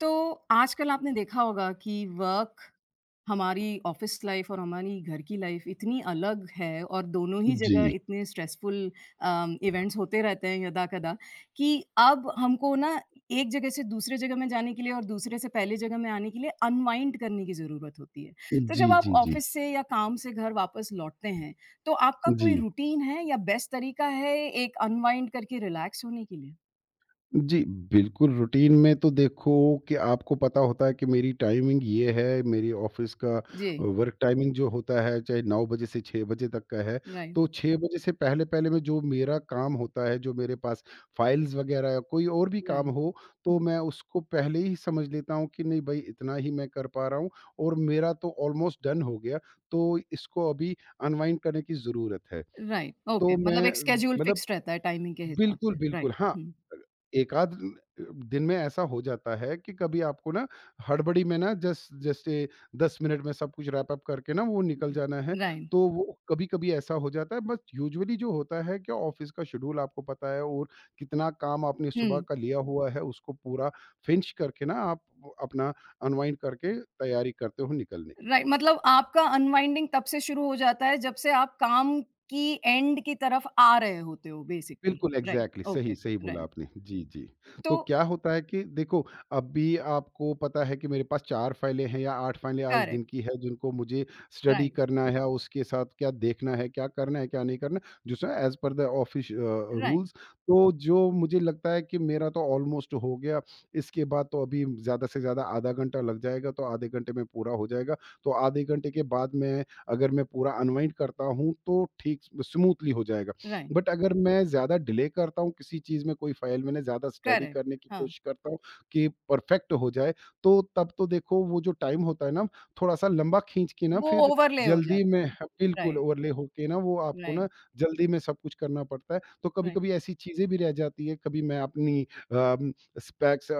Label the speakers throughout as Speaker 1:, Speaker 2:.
Speaker 1: तो आजकल आपने देखा होगा कि वर्क हमारी ऑफिस लाइफ और हमारी घर की लाइफ इतनी अलग है, और दोनों ही जगह
Speaker 2: जी।
Speaker 1: इतने स्ट्रेसफुल इवेंट्स होते रहते हैं यदा कदा कि अब हमको ना एक जगह से दूसरे जगह में जाने के लिए और दूसरे से पहले जगह में आने के लिए अनवाइंड करने की ज़रूरत होती है। तो
Speaker 2: जी,
Speaker 1: जब आप
Speaker 2: जी, जी।
Speaker 1: ऑफिस से या काम से घर वापस लौटते हैं, तो आपका कोई
Speaker 2: जी।
Speaker 1: रूटीन है या बेस्ट तरीका है एक अनवाइंड करके रिलैक्स होने के लिए?
Speaker 2: जी, बिल्कुल रूटीन में तो देखो कि आपको पता होता है कि मेरी टाइमिंग ये है, मेरी ऑफ़िस का
Speaker 1: जी।
Speaker 2: वर्क टाइमिंग जो होता है चाहे 9 बजे से 6 बजे तक का है।
Speaker 1: राइट।
Speaker 2: तो 6 बजे से पहले-पहले में जो मेरा काम होता है, जो मेरे पास फाइल्स वग़ैरह या कोई और भी काम
Speaker 1: राइट।
Speaker 2: हो, तो मैं उसको पहले ही समझ लेता हूँ कि नहीं भई इतना ही मैं कर पा रहा हूँ और मेरा तो ऑलमोस्ट डन हो गया, तो इसको अभी अनवाइंड करने की ज़रूरत है।
Speaker 1: राइट, ओके,
Speaker 2: तो मैं
Speaker 1: मतलब एक स्केड्यूल
Speaker 2: मतलब
Speaker 1: फिक्स रहता है टाइमिंग के हिसाब
Speaker 2: बिल्कुल,
Speaker 1: से, राइट,
Speaker 2: बिल्कुल। हाँ,
Speaker 1: हुँ।
Speaker 2: अ, एकाध अ, दिन में ऐसा हो जाता है कि कभी आपको ना हड़बड़ी में ना जस्ट जस्ट ए 10 मिनट में सब कुछ रैप अप करके ना वो निकल
Speaker 1: हुँ,
Speaker 2: जाना है,
Speaker 1: राइट।
Speaker 2: तो वो कभी-कभी ऐसा हो जाता है। बट यूजुअली जो होता है कि ऑफ़िस का शेड्यूल आपको पता है और कितना काम आपने सुबह
Speaker 1: हुँ।
Speaker 2: का लिया हुआ है, उसको पूरा फ़िनिश करके ना आप अपना अनवाइंड करके तैयारी करते हो निकलने की।
Speaker 1: राइट, मतलब आपका अनवाइंडिंग तब से शुरू हो जाता है जब से आप काम की एंड की तरफ आ रहे होते हो बेसिकली।
Speaker 2: बिल्कुल,
Speaker 1: राइट,
Speaker 2: एग्ज़ैक्टली सही,
Speaker 1: ओके,
Speaker 2: सही बोला
Speaker 1: राइट,
Speaker 2: आपने। जी, जी।
Speaker 1: तो
Speaker 2: तो क्या होता है कि देखो, अभी आपको पता है कि मेरे पास 4 फाइलें हैं या 8 फाइलें आज दिन
Speaker 1: करेक्ट।
Speaker 2: की है, जिनको मुझे स्टडी
Speaker 1: राइट।
Speaker 2: करना है, उसके साथ क्या देखना है, क्या करना है, क्या नहीं करना, जिस as per the office
Speaker 1: right.
Speaker 2: Rules. तो जो मुझे लगता है कि मेरा तो ऑलमोस्ट हो गया, इसके बाद तो अभी ज़्यादा से ज़्यादा आधा घंटा लग जाएगा, तो आधे घंटे में पूरा हो जाएगा। तो आधे घंटे के बाद मैं अगर मैं पूरा अनवाइंड करता हूँ, तो ठीक स्मूथली हो जाएगा।
Speaker 1: राइट।
Speaker 2: बट अगर मैं ज़्यादा डिले करता हूँ किसी चीज़ में कोई फाइल मैंने ज़्यादा स्टडी
Speaker 1: करेक्ट।
Speaker 2: करने की
Speaker 1: हाँ।
Speaker 2: कोशिश करता हूँ कि परफेक्ट हो जाए तो तब तो देखो वो जो टाइम होता है ना थोड़ा सा लंबा खींच के ना
Speaker 1: वो
Speaker 2: फिर
Speaker 1: ओवरले हो
Speaker 2: जल्दी
Speaker 1: जाता
Speaker 2: में
Speaker 1: है।
Speaker 2: बिल्कुल
Speaker 1: राइट।
Speaker 2: ओवरले होके ना वो आपको ना
Speaker 1: राइट।
Speaker 2: जल्दी में सब कुछ करना पड़ता है तो कभी
Speaker 1: राइट।
Speaker 2: कभी ऐसी चीज़ें भी रह जाती है कभी मैं अपनी स्पैक्स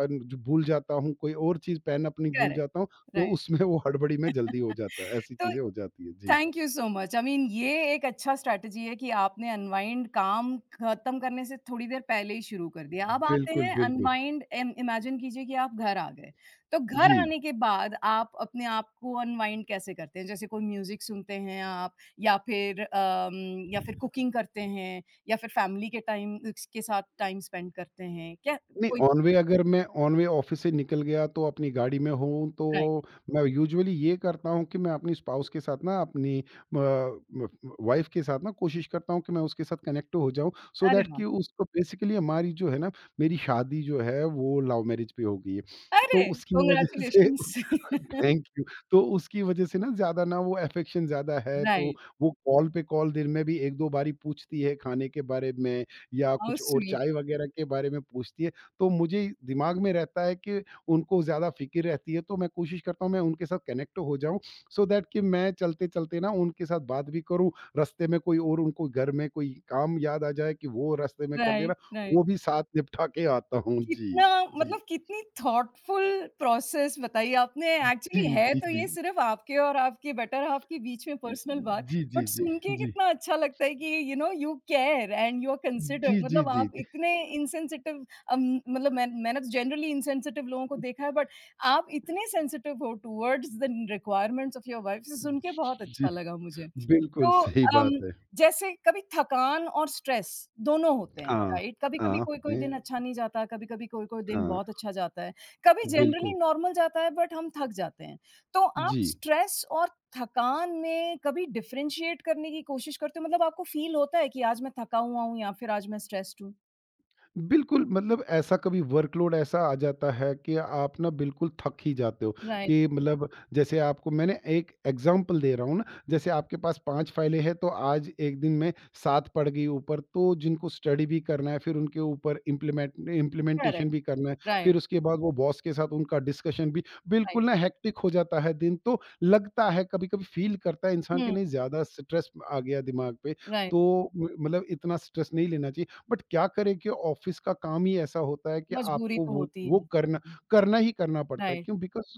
Speaker 2: भूल जाता हूँ कोई और चीज़ पेन अपनी भूल
Speaker 1: करेक्ट।
Speaker 2: जाता हूँ तो
Speaker 1: राइट,
Speaker 2: उसमें वो हड़बड़ी में जल्दी हो जाता है ऐसी
Speaker 1: तो
Speaker 2: चीज़ें हो जाती है जी
Speaker 1: thank you so much, I mean ये एक अच्छा स्ट्रैटेजी है कि आपने अनवाइंड काम खत्म करने से थोड़ी देर पहले ही शुरू कर दिया। अब आते
Speaker 2: बिल्कुल
Speaker 1: हैं
Speaker 2: बिल्कुल
Speaker 1: अनवाइंड, इमेजिन कीजिए कि आप घर आ गए। तो
Speaker 2: जी
Speaker 1: घर आने के बाद आप अपने आप को अनवाइंड कैसे करते हैं? जैसे कोई म्यूजिक सुनते हैं आप या फिर या फिर कुकिंग करते हैं या फिर फैमिली के टाइम के साथ टाइम स्पेंड करते हैं क्या?
Speaker 2: नहीं,
Speaker 1: कोई
Speaker 2: ऑन वे अगर मैं ऑन वे ऑफ़िस से निकल गया तो अपनी गाड़ी में हूँ,
Speaker 1: राइट।
Speaker 2: तो मैं यूजुअली ये करता हूँ कि मैं अपनी स्पाउस के साथ ना अपनी अ, व वाइफ़ के साथ ना कोशिश करता हूँ कि मैं उसके साथ कनेक्ट हो जाऊँ सो
Speaker 1: अरे
Speaker 2: दैट
Speaker 1: वाह!
Speaker 2: कि उसको बेसिकली हमारी जो है ना, मेरी शादी जो है वो लव मैरिज पे हो गई है। तो
Speaker 1: अरे
Speaker 2: उसकी वजह से
Speaker 1: कॉन्ग्रेचुलेशन!
Speaker 2: उस थैंक यू। तो उसकी वजह से ना ज़्यादा ना वो अफेक्शन ज़्यादा है तो
Speaker 1: राइट।
Speaker 2: वो कॉल पे कॉल दिन में भी 1-2 बारी पूछती है खाने के बारे में या
Speaker 1: हाउ
Speaker 2: कुछ और
Speaker 1: स्वीट!
Speaker 2: चाय वग़ैरह के बारे में पूछती है। तो मुझे दिमाग में रहता है कि उनको ज़्यादा फ़िक्र रहती है तो मैं कोशिश करता हूँ मैं उनके साथ कनेक्ट हो जाऊँ सो दैट कि मैं चलते-चलते ना उनके साथ बात भी करूँ, रास्ते में कोई और उनको घर में कोई काम याद आ जाए कि वो रास्ते में कर देना,
Speaker 1: राइट। राइट।
Speaker 2: वो भी साथ निपटा के आता हूँ। जी,
Speaker 1: कितना,
Speaker 2: जी।
Speaker 1: मतलब कितनी थॉटफुल प्रोसेस बताई आपने।
Speaker 2: जी,
Speaker 1: एक्चुअली है
Speaker 2: जी,
Speaker 1: तो
Speaker 2: जी।
Speaker 1: ये सिर्फ़ आपके और आपके बेटर हाल्फ के बीच में पर्सनल बात,
Speaker 2: जी, जी,
Speaker 1: बट
Speaker 2: जी,
Speaker 1: सुन के
Speaker 2: जी।
Speaker 1: कितना अच्छा लगता है कि you know you care and you are
Speaker 2: जी,
Speaker 1: कंसिडर्ड,
Speaker 2: जी,
Speaker 1: मतलब
Speaker 2: जी,
Speaker 1: आप
Speaker 2: जी,
Speaker 1: इतने इनसेंसिटिव, अम, मतलब मैंने तो जनरली इनसेंसिटिव लोगों को देखा है, बट आप इतने सेंसिटिव हो towards the requirements of your wife, सुन के बहुत
Speaker 2: जी।
Speaker 1: अच्छा लगा मुझे।
Speaker 2: बिल्कुल
Speaker 1: तो
Speaker 2: सही
Speaker 1: अम
Speaker 2: बात है।
Speaker 1: जैसे कभी थकान और स्ट्रेस दोनों होते हैं,
Speaker 2: हाँ,
Speaker 1: राइट?
Speaker 2: हाँ,
Speaker 1: कभी-कभी
Speaker 2: होते
Speaker 1: कोई-कोई दिन
Speaker 2: हैं।
Speaker 1: अच्छा नहीं जाता, कभी-कभी कोई-कोई दिन
Speaker 2: हाँ,
Speaker 1: बहुत अच्छा जाता है। कभी
Speaker 2: बिल्कुल।
Speaker 1: जनरली नॉर्मल जाता है बट हम थक जाते हैं। तो आप
Speaker 2: जी।
Speaker 1: स्ट्रेस और थकान में कभी डिफरेंशिएट करने की कोशिश करते हो? मतलब आपको फ़ील होता है कि आज मैं थका हुआ हूँ या फिर आज मैं स्ट्रेस्ड हूँ?
Speaker 2: बिल्कुल, मतलब ऐसा कभी वर्कलोड ऐसा आ जाता है कि आप ना बिल्कुल थक ही जाते हो
Speaker 1: राइट।
Speaker 2: कि मतलब जैसे आपको मैंने एक एग्ज़ाम्पल दे रहा हूँ ना, जैसे आपके पास 5 फाइलें हैं तो आज एक दिन में 7 पड़ गई ऊपर, तो जिनको स्टडी भी करना है, फिर उनके ऊपर इम्प्लीमेंटेशन
Speaker 1: करेक्ट।
Speaker 2: भी करना है, फिर
Speaker 1: राइट।
Speaker 2: उसके बाद वो बॉस के साथ उनका डिस्कशन भी
Speaker 1: राइट।
Speaker 2: बिल्कुल ना हेक्टिक हो जाता है दिन। तो लगता है कभी-कभी फ़ील करता है इंसान कि
Speaker 1: हुँ,
Speaker 2: नहीं ज़्यादा स्ट्रेस आ गया दिमाग पे,
Speaker 1: राइट।
Speaker 2: तो म मतलब इतना स्ट्रेस नहीं लेना चाहिए। बट क्या करें कि ऑफिस का काम ही ऐसा होता है कि
Speaker 1: मजबूरी
Speaker 2: आपको
Speaker 1: तो
Speaker 2: वो
Speaker 1: होती है।
Speaker 2: वो करना
Speaker 1: हुँ,
Speaker 2: करना ही करना पड़ता है
Speaker 1: राइट।
Speaker 2: क्यों बिकॉज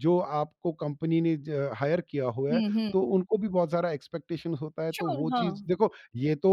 Speaker 2: जो आपको कंपनी ने हायर किया हुआ है
Speaker 1: हुँ, हुँ।
Speaker 2: तो उनको भी बहुत सारा एक्सपेक्टेशन होता है तो
Speaker 1: श्योर,
Speaker 2: वो
Speaker 1: हाँ,
Speaker 2: चीज़ देखो ये तो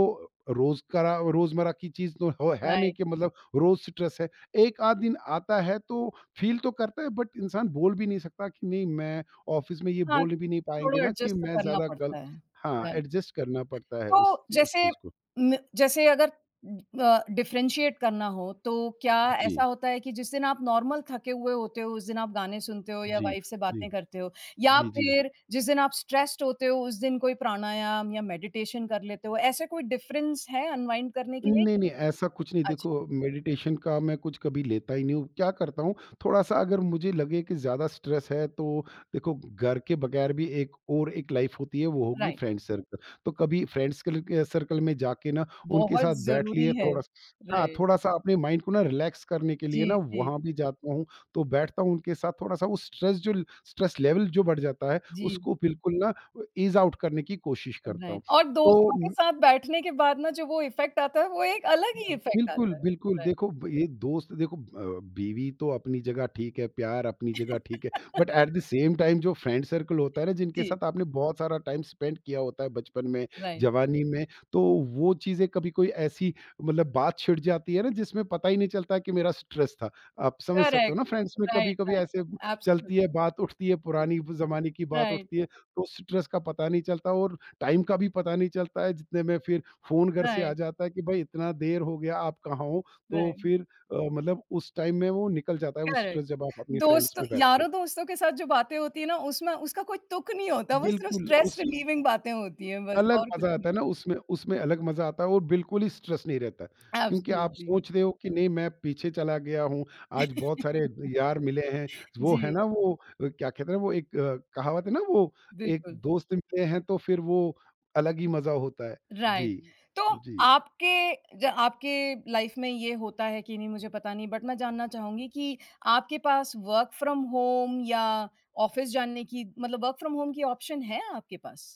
Speaker 2: रोज करा रोजमर्रा की चीज तो है नहीं
Speaker 1: राइट।
Speaker 2: कि मतलब रोज स्ट्रेस है एक आध दिन आता है तो फील तो करता है बट इंसान बोल भी नहीं सकता कि नहीं मैं ऑफिस में ये
Speaker 1: हाँ,
Speaker 2: बोल भी नहीं पाएंगे
Speaker 1: थोड़ा
Speaker 2: ना कि
Speaker 1: एडजस्ट तो
Speaker 2: मैं
Speaker 1: करना
Speaker 2: ज्यादा कल
Speaker 1: पड़ता है।
Speaker 2: हाँ
Speaker 1: राइट।
Speaker 2: एडजस्ट करना पड़ता है उस
Speaker 1: तो
Speaker 2: उस
Speaker 1: जैसे
Speaker 2: चीज को
Speaker 1: म जैसे अगर डिफरेंशिएट करना हो तो क्या
Speaker 2: जी
Speaker 1: ऐसा होता है कि जिस दिन आप नॉर्मल थके हुए होते हो, उस दिन आप गाने सुनते हो या
Speaker 2: जी,
Speaker 1: वाइफ़ से
Speaker 2: जी,
Speaker 1: बातें करते हो? या
Speaker 2: जी, जी।
Speaker 1: फिर जिस दिन आप स्ट्रेस्ड होते हो, उस दिन कोई प्राणायाम या मेडिटेशन कर लेते हो? ऐसे कोई डिफरेंस है अनवाइंड करने के लिए
Speaker 2: नहीं, नहीं
Speaker 1: कि
Speaker 2: ऐसा कुछ नहीं देखो
Speaker 1: अच्छा,
Speaker 2: मेडिटेशन का मैं कुछ कभी लेता ही नहीं हूँ। क्या करता हूँ थोड़ा-सा अगर मुझे लगे कि ज़्यादा स्ट्रेस है तो देखो घर के बगैर भी एक और एक लाइफ़ होती है वो होगी
Speaker 1: राइट।
Speaker 2: Friend circle. तो कभी फ्रेंड्स कल के सर्कल में जाके ना उनके
Speaker 1: बहुत
Speaker 2: साथ बैठ
Speaker 1: ज़रूरी
Speaker 2: लिए
Speaker 1: है।
Speaker 2: थोड़ा-सा हाँ,
Speaker 1: राइट।
Speaker 2: थोड़ा-सा अपने माइंड को ना रिलैक्स करने के लिए
Speaker 1: जी,
Speaker 2: ना
Speaker 1: जी,
Speaker 2: वहाँ भी जाता हूँ। तो बैठता हूँ उनके साथ थोड़ा-सा वो स्ट्रेस जो स्ट्रेस लेवल जो बढ़ जाता है
Speaker 1: जी।
Speaker 2: उसको बिल्कुल ना ईज़ आउट करने की कोशिश करता हूँ।
Speaker 1: राइट, और दोस्तों के
Speaker 2: तो
Speaker 1: साथ बैठने के बाद ना जो वो इफ़ेक्ट आता है, वो एक अलग ही इफ़ेक्ट
Speaker 2: बिल्कुल,
Speaker 1: आता है।
Speaker 2: बिल्कुल।
Speaker 1: राइट।
Speaker 2: देखो ब ये दोस्त देखो बीवी तो अपनी जगह ठीक है, प्यार अपनी जगह ठीक है, but at the same time जो फ्रेंड सर्कल होता है ना, जिनके
Speaker 1: जी,
Speaker 2: साथ आपने बहुत सारा टाइम स्पेंड किया होता है बचपन में,
Speaker 1: राइट।
Speaker 2: जवानी में, तो वो चीज़ें कभी कोई ऐसी मतलब बात छिड़ जाती है ना, जिसमें पता ही नहीं चलता कि मेरा स्ट्रेस था। आप समझ सकते हो
Speaker 1: Correct.
Speaker 2: ना फ्रेंड्स में
Speaker 1: Right,
Speaker 2: कभी-कभी
Speaker 1: right.
Speaker 2: ऐसे
Speaker 1: Absolutely.
Speaker 2: चलती है, बात उठती है, पुरानी ब ज़माने की बात
Speaker 1: राइट,
Speaker 2: उठती है, तो स्ट्रेस का पता नहीं चलता और टाइम का भी पता नहीं चलता है, जितने में फिर फ़ोन घर से आ
Speaker 1: राइट,
Speaker 2: जाता है कि भाई इतना देर हो गया आप कहाँ हो? तो
Speaker 1: राइट,
Speaker 2: फिर मतलब उस टाइम में वो निकल जाता है वो
Speaker 1: करेक्ट।
Speaker 2: स्ट्रेस जब आप अपनी फ्रेंड्स
Speaker 1: दोस्तों
Speaker 2: में बैठते हो।
Speaker 1: यारों दोस्तों के साथ जो बातें होती है ना उसमें उसका कोई तुक नहीं होता, वो सिर्फ़
Speaker 2: बिल्कुल,
Speaker 1: स्ट्रेस
Speaker 2: उसमें
Speaker 1: रिलीविंग बातें होती हैं बस
Speaker 2: अलग
Speaker 1: और कुछ
Speaker 2: मज़ा
Speaker 1: नहीं।
Speaker 2: आता है ना उसमें उसमें अलग मज़ा आता है और बिल्कुल ही स्ट्रेस नहीं रहता है। क्योंकि आप
Speaker 1: एब्सोल्युटली।
Speaker 2: सोच रहे हो कि नहीं मैं पीछे चला गया हूँ, आज बहुत सारे यार मिले हैं। वो है
Speaker 1: जी,
Speaker 2: ना वो क्या कहते हैं वो एक कहावत है ना वो एक
Speaker 1: बिल्कुल,
Speaker 2: दोस्त मिले हैं तो फिर वो अलग ही मज़ा होता है।
Speaker 1: राइट।
Speaker 2: जी,
Speaker 1: तो
Speaker 2: जी।
Speaker 1: आपके ज आपके लाइफ़ में ये होता है कि नहीं, मुझे पता नहीं, बट मैं जानना चाहूँगी कि आपके पास वर्क फ्रॉम होम या ऑफ़िस जाने की, मतलब वर्क फ्रॉम होम की ऑप्शन है आपके पास?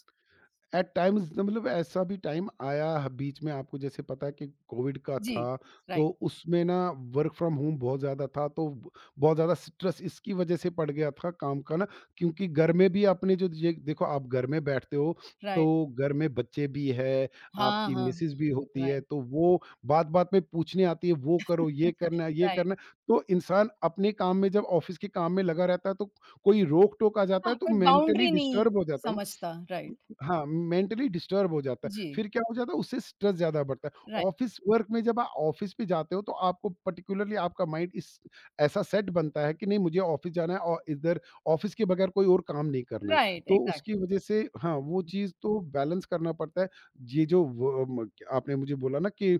Speaker 2: एट टाइम्स मतलब ऐसा भी टाइम आया बीच में आपको जैसे पता है कि कोविड का था
Speaker 1: जी,
Speaker 2: तो
Speaker 1: राइट।
Speaker 2: उसमें ना वर्क फ्रॉम होम बहुत ज़्यादा था तो बहुत ज़्यादा स्ट्रेस इसकी वजह से पड़ गया था काम का ना क्योंकि घर में भी अपने जो ये देखो आप घर में बैठते हो तो
Speaker 1: राइट।
Speaker 2: घर में बच्चे भी है
Speaker 1: हाँ,
Speaker 2: आपकी
Speaker 1: हाँ।
Speaker 2: मिसेज भी होती है
Speaker 1: राइट,
Speaker 2: तो वो बात बात में पूछने आती है वो करो ये करना है, ये
Speaker 1: राइट।
Speaker 2: करना है। तो इंसान अपने काम में जब ऑफिस के काम में लगा रहता है तो कोई रोक टोक आ जाता है
Speaker 1: हाँ,
Speaker 2: तो
Speaker 1: कोई
Speaker 2: मेंटली
Speaker 1: बाउंड्री नहीं
Speaker 2: डिस्टर्ब हो जाता है ना
Speaker 1: समझता। राइट।
Speaker 2: हाँ, मेंटली डिस्टर्ब हो जाता है।
Speaker 1: जी,
Speaker 2: फिर क्या हो जाता है उससे स्ट्रेस ज़्यादा बढ़ता है।
Speaker 1: राइट।
Speaker 2: ऑफ़िस वर्क में जब आप ऑफ़िस पे जाते हो तो आपको पर्टिकुलरली आपका माइंड इस ऐसा सेट बनता है कि नहीं मुझे ऑफ़िस जाना है और इधर ऑफ़िस के बगैर कोई और काम नहीं करना है।
Speaker 1: राइट,
Speaker 2: तो
Speaker 1: एग्ज़ैक्टली।
Speaker 2: उसकी वज़ह से हाँ, वो चीज़ तो बैलेंस करना पड़ता है। ये जो व म आपने मुझे बोला ना कि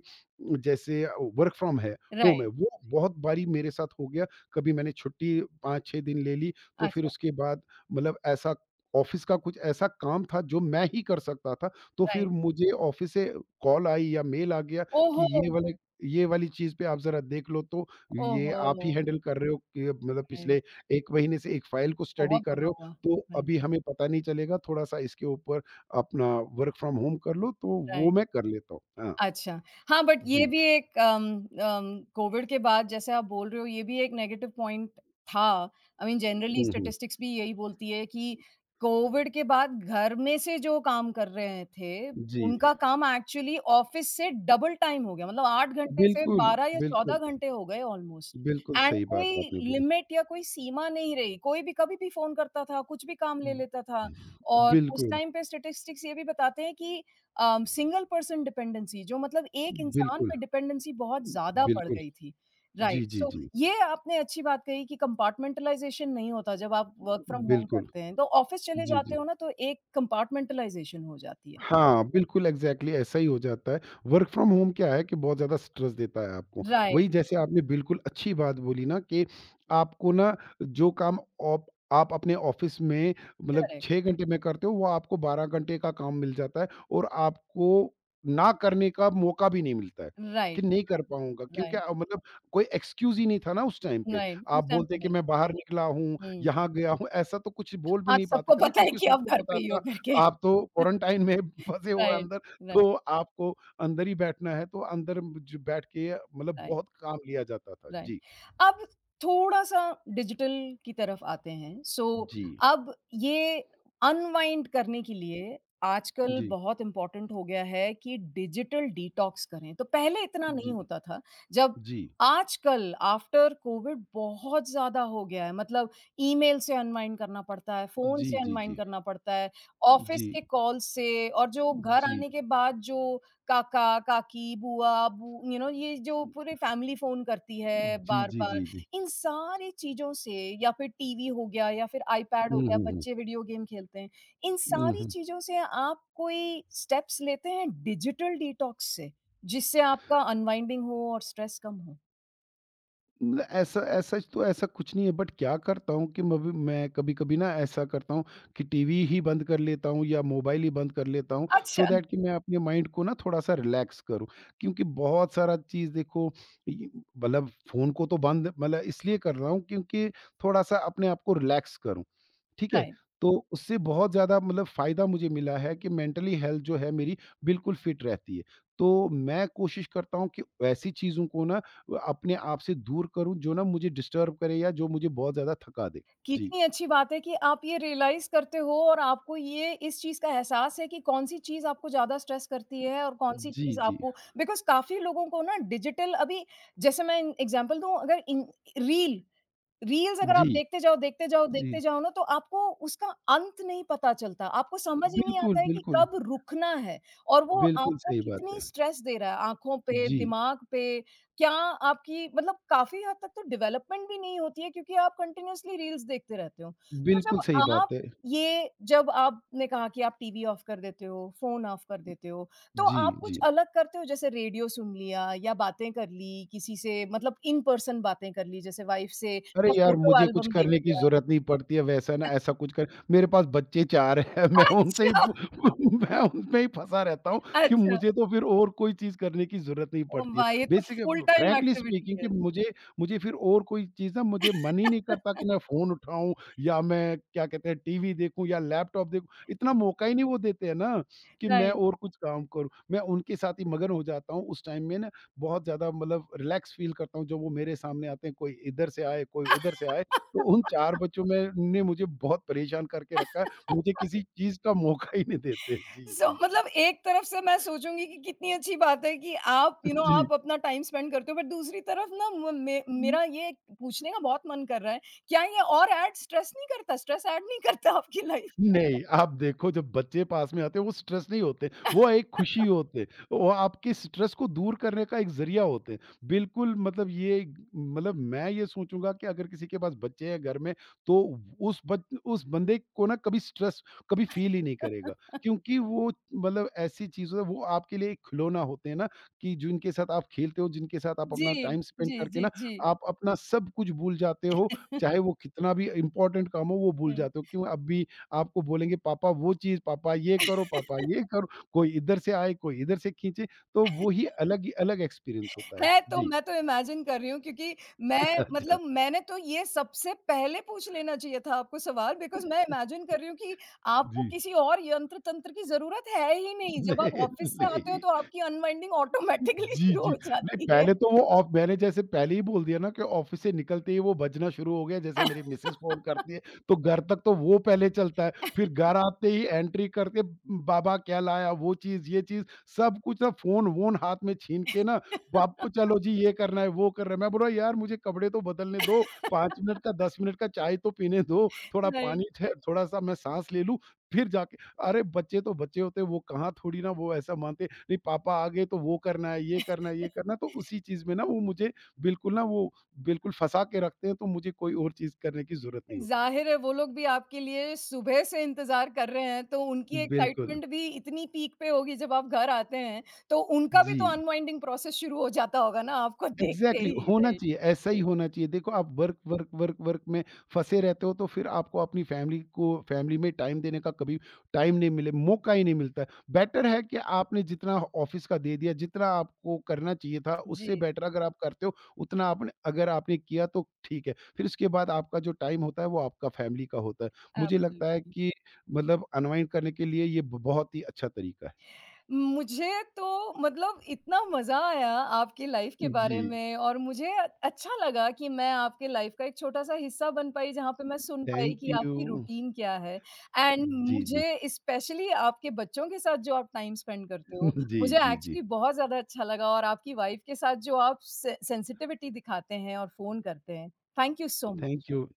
Speaker 2: जैसे वर्क फ्रॉम है होम है
Speaker 1: राइट।
Speaker 2: वो बहुत बारी मेरे साथ हो गया। कभी मैंने छुट्टी 5-6 दिन ले ली तो फिर
Speaker 1: अच्छा।
Speaker 2: उसके बाद मतलब ऐसा ऑफ़िस का कुछ ऐसा काम था जो मैं ही कर सकता था, तो फिर
Speaker 1: राइट।
Speaker 2: मुझे ऑफ़िस से कॉल आई या मेल आ गया कि
Speaker 1: ओहो!
Speaker 2: ये वाली चीज़ पे आप ज़रा देख लो तो ये आप
Speaker 1: ओहो!
Speaker 2: ही हैंडल कर रहे हो कि मतलब
Speaker 1: राइट।
Speaker 2: पिछले 1 महीने से एक फ़ाइल को स्टडी
Speaker 1: बहुत
Speaker 2: कर रहे
Speaker 1: बुरा
Speaker 2: हो,
Speaker 1: हुआ।
Speaker 2: तो
Speaker 1: राइट।
Speaker 2: अभी हमें पता नहीं चलेगा, थोड़ा-सा इसके ऊपर अपना वर्क फ्रॉम होम कर लो, तो वो
Speaker 1: राइट।
Speaker 2: मैं कर लेता हूँ। हाँ,
Speaker 1: अच्छा। हाँ, बट ये
Speaker 2: जी।
Speaker 1: भी एक अम अम, कोविड के बाद जैसे आप बोल रहे हो ये भी एक नेगेटिव पॉइंट था। आई मीन जनरली
Speaker 2: हुँ, हुँ।
Speaker 1: स्टैटिस्टिक्स भी यही बोलती है कि कोविड के बाद घर में से जो काम कर रहे थे,
Speaker 2: जी,
Speaker 1: उनका काम एक्चुअली ऑफ़िस से डबल टाइम हो गया। मतलब 8 घंटे से
Speaker 2: बिल्कुल,
Speaker 1: 12 या 14
Speaker 2: बिल्कुल,
Speaker 1: घंटे हो गए ऑलमोस्ट।
Speaker 2: बिल्कुल
Speaker 1: एंड
Speaker 2: सही
Speaker 1: कोई
Speaker 2: बात आपने बोली।
Speaker 1: लिमिट या कोई सीमा नहीं रही। कोई भी कभी भी फ़ोन करता था, कुछ भी काम ले
Speaker 2: हुँ।
Speaker 1: लेता था। और उस
Speaker 2: बिल्कुल,
Speaker 1: टाइम पे स्टैटिस्टिक्स ये भी बताते हैं कि सिंगल पर्सन डिपेंडेंसी जो, मतलब एक इंसान
Speaker 2: बिल्कुल,
Speaker 1: पे डिपेंडेंसी बहुत ज़्यादा बढ़
Speaker 2: बिल्कुल।
Speaker 1: गई थी। राइट,
Speaker 2: जी, जी,
Speaker 1: सो
Speaker 2: जी।
Speaker 1: ये आपने अच्छी बात कही कि कंपार्टमेंटलाइज़ेशन नहीं होता जब आप वर्क फ्रॉम होम
Speaker 2: बिल्कुल।
Speaker 1: करते हैं, तो ऑफ़िस चले
Speaker 2: जी,
Speaker 1: जाते
Speaker 2: जी।
Speaker 1: हो ना तो एक कंपार्टमेंटलाइज़ेशन हो जाती है।
Speaker 2: हाँ, बिल्कुल एग्ज़ैक्टली ऐसा ही हो जाता है। वर्क फ्रॉम होम क्या है कि बहुत ज़्यादा स्ट्रेस देता है आपको। वही
Speaker 1: राइट।
Speaker 2: जैसे आपने बिल्कुल अच्छी बात बोली ना कि आपको ना जो काम ऑप आप अपने ऑफ़िस में मतलब
Speaker 1: करेक्ट।
Speaker 2: 6 घंटे में करते हो, वो आपको 12 घंटे का काम मिल जाता है और आपको ना करने का मौका भी नहीं मिलता है, कि
Speaker 1: राइट।
Speaker 2: नहीं कर पाऊँगा क्योंकि
Speaker 1: राइट।
Speaker 2: मतलब कोई एक्सक्यूज़ ही नहीं था ना उस टाइम पे।
Speaker 1: राइट,
Speaker 2: आप
Speaker 1: उस टाइम पे
Speaker 2: बोलते कि
Speaker 1: नहीं।
Speaker 2: मैं बाहर निकला हूँ,
Speaker 1: हुँ,
Speaker 2: यहाँ गया हूँ, ऐसा तो कुछ बोल भी
Speaker 1: आज
Speaker 2: नहीं पाते
Speaker 1: सबको
Speaker 2: थे ना
Speaker 1: पता है
Speaker 2: क्योंकि
Speaker 1: कि आप
Speaker 2: सबको
Speaker 1: घर
Speaker 2: पता
Speaker 1: पे ही हो
Speaker 2: था
Speaker 1: करके।
Speaker 2: आप तो क्वारंटाइन में फँसे हो
Speaker 1: राइट।
Speaker 2: अंदर,
Speaker 1: राइट।
Speaker 2: तो आपको अंदर ही बैठना है, तो अंदर ज बैठ के मतलब
Speaker 1: राइट।
Speaker 2: बहुत काम लिया जाता था।
Speaker 1: राइट।
Speaker 2: जी,
Speaker 1: अब थोड़ा-सा डिजिटल की तरफ आते हैं। सो
Speaker 2: जी,
Speaker 1: अब ये अनवाइंड करने के लिए आजकल
Speaker 2: जी,
Speaker 1: बहुत इम्पोर्टेंट हो गया है कि डिजिटल डिटॉक्स करें। तो पहले इतना नहीं
Speaker 2: जी,
Speaker 1: होता था। जब
Speaker 2: जी,
Speaker 1: आजकल आफ्टर कोविड बहुत ज़्यादा हो गया है। मतलब ईमेल से अनवाइंड करना पड़ता है, फ़ोन
Speaker 2: जी,
Speaker 1: से
Speaker 2: जी,
Speaker 1: अनवाइंड
Speaker 2: जी,
Speaker 1: करना पड़ता है,
Speaker 2: जी,
Speaker 1: ऑफ़िस के कॉल से, और जो घर
Speaker 2: जी,
Speaker 1: आने के बाद जो काका, काकी, बुआ, बू यू नो ये जो पूरी फैमिली फ़ोन करती है
Speaker 2: जी, जी,
Speaker 1: बार-बार,
Speaker 2: जी, जी।
Speaker 1: इन सारी चीज़ों से या फिर टीवी हो गया या फिर आईपैड हो
Speaker 2: हुँ,
Speaker 1: गया,
Speaker 2: हुँ, हुँ।
Speaker 1: बच्चे वीडियो गेम खेलते हैं। इन
Speaker 2: हुँ,
Speaker 1: सारी
Speaker 2: हुँ।
Speaker 1: चीज़ों से आप कोई स्टेप्स लेते हैं डिजिटल डिटॉक्स से, जिससे आपका अनवाइंडिंग हो और स्ट्रेस कम हो?
Speaker 2: न ऐसा ऐसा तो ऐसा कुछ नहीं है, बट क्या करता हूँ कि मैं कभी-कभी ना ऐसा करता हूँ कि टीवी ही बंद कर लेता हूँ या मोबाइल ही बंद कर लेता हूँ,
Speaker 1: अच्छा।
Speaker 2: सो दैट कि मैं अपने माइंड को ना थोड़ा-सा रिलैक्स करूँ। क्योंकि बहुत सारा चीज़ देखो, इ मतलब फ़ोन को तो बंद मतलब इसलिए कर रहा हूँ क्योंकि थोड़ा-सा अपने आप को रिलैक्स करूँ। ठीक है?
Speaker 1: राइट।
Speaker 2: तो उससे बहुत ज़्यादा मतलब फ़ायदा मुझे मिला है कि मेंटली हेल्थ जो है मेरी बिल्कुल फिट रहती है। तो मैं कोशिश करता हूँ कि ऐसी चीज़ों को ना अपने आप से दूर करूँ जो ना मुझे डिस्टर्ब करे या जो मुझे बहुत ज़्यादा थका दे। जी।
Speaker 1: कितनी अच्छी बात है कि आप ये रियलाइज़ करते हो और आपको ये इस चीज़ का एहसास है कि कौन-सी चीज़ आपको ज़्यादा स्ट्रेस करती है और कौन-सी
Speaker 2: जी,
Speaker 1: चीज़
Speaker 2: जी।
Speaker 1: आपको बिकॉज़ काफ़ी लोगों को ना डिजिटल अभी, जैसे मैं एग्ज़ाम्पल दूँ, अगर इन रील रील्स अगर आप
Speaker 2: जी,
Speaker 1: देखते जाओ, देखते जाओ, देखते
Speaker 2: जी।
Speaker 1: जाओ ना तो आपको उसका अंत नहीं पता चलता। आपको समझ ही नहीं
Speaker 2: बिल्कुल,
Speaker 1: आता है कि
Speaker 2: बिल्कुल।
Speaker 1: कब रुकना है और वो
Speaker 2: बिल्कुल
Speaker 1: आपको
Speaker 2: सही बात
Speaker 1: कितनी
Speaker 2: है।
Speaker 1: स्ट्रेस दे रहा है आँखों पे,
Speaker 2: जी,
Speaker 1: दिमाग पे, क्या आपकी, मतलब काफ़ी हद तक तो डेवलपमेंट भी नहीं होती है क्योंकि आप कंटिन्यूअसली रील्स देखते रहते हो। तो
Speaker 2: बिल्कुल
Speaker 1: जब
Speaker 2: सही बात
Speaker 1: आप
Speaker 2: है।
Speaker 1: ये जब आपने कहा कि आप टीवी ऑफ कर देते हो, फ़ोन ऑफ कर देते हो, तो
Speaker 2: जी,
Speaker 1: आप कुछ
Speaker 2: जी।
Speaker 1: अलग करते हो जैसे रेडियो सुन लिया या बातें कर ली किसी से, मतलब इन पर्सन बातें कर ली जैसे वाइफ से
Speaker 2: अरे
Speaker 1: या
Speaker 2: यार,
Speaker 1: फोटो
Speaker 2: मुझे कुछ
Speaker 1: एल्बम देख
Speaker 2: करने की
Speaker 1: लिया।
Speaker 2: ज़रूरत नहीं पड़ती है, वैसा ना ऐसा कुछ कर, मेरे पास बच्चे 4 हैं, मैं उनसे ही
Speaker 1: अच्छा,
Speaker 2: मैं उनमें ही फँसा रहता हूँ कि
Speaker 1: अच्छा।
Speaker 2: मुझे तो फिर और कोई चीज़ करने की ज़रूरत नहीं
Speaker 1: ओह
Speaker 2: पड़ती है।
Speaker 1: वाह! ये तो
Speaker 2: basic
Speaker 1: full time
Speaker 2: frankly
Speaker 1: activity
Speaker 2: speaking कि
Speaker 1: है।
Speaker 2: मुझे मुझे फिर और कोई चीज़ ना मुझे मन ही नहीं करता कि मैं फ़ोन उठाऊँ या मैं क्या कहते हैं टीवी देखूँ या लैपटॉप देखूँ, इतना मौका ही नहीं वो देते हैं ना, कि मैं
Speaker 1: राइट।
Speaker 2: और कुछ काम करूँ। मैं उनके साथ ही मगन हो जाता हूँ उस टाइम में ना, बहुत ज़्यादा मतलब रिलैक्स फ़ील करता हूँ, जब वो मेरे सामने आते हैं, कोई इधर से आए, कोई उधर से आए, तो उन 4 बच्चों में ने मुझे बहुत परेशान करके रखा है, मुझे किसी चीज़ का मौका ही नहीं देते। जी,
Speaker 1: सो
Speaker 2: जी।
Speaker 1: मतलब एक तरफ से मैं सोचूँगी कि कितनी अच्छी बात है कि आप यू you नो know, आप अपना टाइम स्पेंड करते हो, बट दूसरी तरफ ना म मे
Speaker 2: जी।
Speaker 1: मेरा ये पूछने का बहुत मन कर रहा है, क्या ये और ऐड स्ट्रेस नहीं करता? स्ट्रेस ऐड नहीं करता आपकी लाइफ में?
Speaker 2: नहीं, आप देखो जब बच्चे पास में आते हैं वो स्ट्रेस नहीं होते, वो एक खुशी होते हैं, वो आपके स्ट्रेस को दूर करने का एक ज़रिया होते हैं। बिल्कुल मतलब ये, मतलब मैं ये सोचूँगा कि अगर किसी के पास बच्चे हैं घर में तो उस बंदे को ना कभी स्ट्रेस कभी फ़ील ही नहीं करेगा। क्योंकि वो मतलब ऐसी चीज़ों, वो आपके लिए एक खिलौना होते हैं ना कि जिनके साथ आप खेलते हो, जिनके साथ आप
Speaker 1: जी,
Speaker 2: अपना टाइम स्पेंड
Speaker 1: जी,
Speaker 2: करके
Speaker 1: जी,
Speaker 2: ना
Speaker 1: जी।
Speaker 2: आप अपना सब कुछ भूल जाते हो, चाहे वो कितना भी इम्पोर्टेंट काम हो वो भूल जाते हो। क्यों अभी आपको बोलेंगे पापा वो चीज़, पापा ये करो, कोई इधर से आए, कोई इधर से खींचे, तो वो ही अलग एक्सपीरियंस होता है।
Speaker 1: है तो
Speaker 2: जी।
Speaker 1: मैं तो इमेजिन कर रही हूँ क्योंकि मैं
Speaker 2: अच्छा।
Speaker 1: मतलब मैंने तो ये सबसे पहले पूछ लेना चाहिए था आपको सवाल, बिकॉज़ मैं इमेजिन कर रही हूँ कि आपको
Speaker 2: जी।
Speaker 1: किसी और यंत्र-तंत्र की ज़रूरत है ही नहीं। जब आप
Speaker 2: नहीं,
Speaker 1: ऑफ़िस से आते हो
Speaker 2: नहीं।
Speaker 1: तो आपकी अनवाइंडिंग
Speaker 2: हुँ।
Speaker 1: ऑटोमैटिकली
Speaker 2: जी,
Speaker 1: शुरू
Speaker 2: जी।
Speaker 1: हो
Speaker 2: नहीं
Speaker 1: जाती है।
Speaker 2: पहले तो वो ऑफ, मैंने जैसे पहले ही बोल दिया ना कि ऑफ़िस से निकलते ही वो बजना शुरू हो गया, जैसे मेरी मिसेज़ फ़ोन करती है, तो घर तक तो वो पहले चलता है। फिर घर आते ही एंट्री करके बाबा क्या लाया, वो चीज़, ये चीज़, सब कुछ ना फ़ोन-वोन हाथ में छीन के ना, वाप चलो जी ये करना है, वो करना है। मैं बोल रहा हूँ यार मुझे कपड़े तो बदलने दो, 5 मिनट का, 10 मिनट का चाय तो पीने दो, थोड़ा
Speaker 1: नहीं।
Speaker 2: पानी ठ थोड़ा-सा मैं साँस ले लूँ, फिर जाके, अरे बच्चे तो बच्चे होते हैं, वो कहाँ थोड़ी ना वो ऐसा मानते हैं। नहीं पापा आ गए तो वो करना है, ये करना है, ये करना है। तो उसी चीज़ में ना वो मुझे बिल्कुल ना वो बिल्कुल फँसा के रखते हैं, तो मुझे कोई और चीज़ करने की ज़रूरत नहीं होती।
Speaker 1: ज़ाहिर है वो लोग भी आपके लिए सुबह से इंतज़ार कर रहे हैं तो उनकी
Speaker 2: बिल्कुल।
Speaker 1: एक्साइटमेंट भी इतनी पीक पे होगी जब आप घर आते हैं, तो उनका भी
Speaker 2: जी।
Speaker 1: तो अनवाइंडिंग प्रोसेस शुरू हो जाता होगा ना आपको देखते
Speaker 2: एग्ज़ैक्टली
Speaker 1: ही,
Speaker 2: होना
Speaker 1: राइट।
Speaker 2: चाहिए, ऐसा ही होना चाहिए। देखो आप वर्क, वर्क, वर्क, वर्क में फँसे रहते हो तो फिर आपको अपनी फैमिली को फैमिली में टाइम देने का कभी टाइम नहीं मिले मौका ही नहीं मिलता है। बेटर है कि आपने जितना ऑफ़िस का दे दिया, जितना आपको करना चाहिए था, उससे
Speaker 1: जी।
Speaker 2: बेटर अगर आप करते हो, उतना आपने अगर आपने किया तो ठीक है। फिर उसके बाद आपका जो टाइम होता है वो आपका फैमिली का होता है। मुझे लगता है
Speaker 1: एब्सोल्युटली।
Speaker 2: कि मतलब अनवाइंड करने के लिए ये ब बहुत ही अच्छा तरीका है।
Speaker 1: मुझे तो, मतलब इतना मज़ा आया आपकी लाइफ के
Speaker 2: जी,
Speaker 1: बारे में, और मुझे अच्छा लगा कि मैं आपके लाइफ का एक छोटा-सा हिस्सा बन पाई, जहाँ पे मैं सुन पाई
Speaker 2: थैंक
Speaker 1: कि
Speaker 2: यू।
Speaker 1: आपकी रूटीन क्या है। एंड
Speaker 2: जी, जी।
Speaker 1: मुझे स्पेशली आपके बच्चों के साथ जो आप टाइम स्पेंड करते हो,
Speaker 2: जी,
Speaker 1: मुझे
Speaker 2: जी, जी।
Speaker 1: एक्चुअली बहुत ज़्यादा अच्छा लगा, और आपकी वाइफ के साथ जो आप से सेंसिटिविटी दिखाते हैं और फ़ोन करते हैं। Thank you so much.
Speaker 2: Thank you।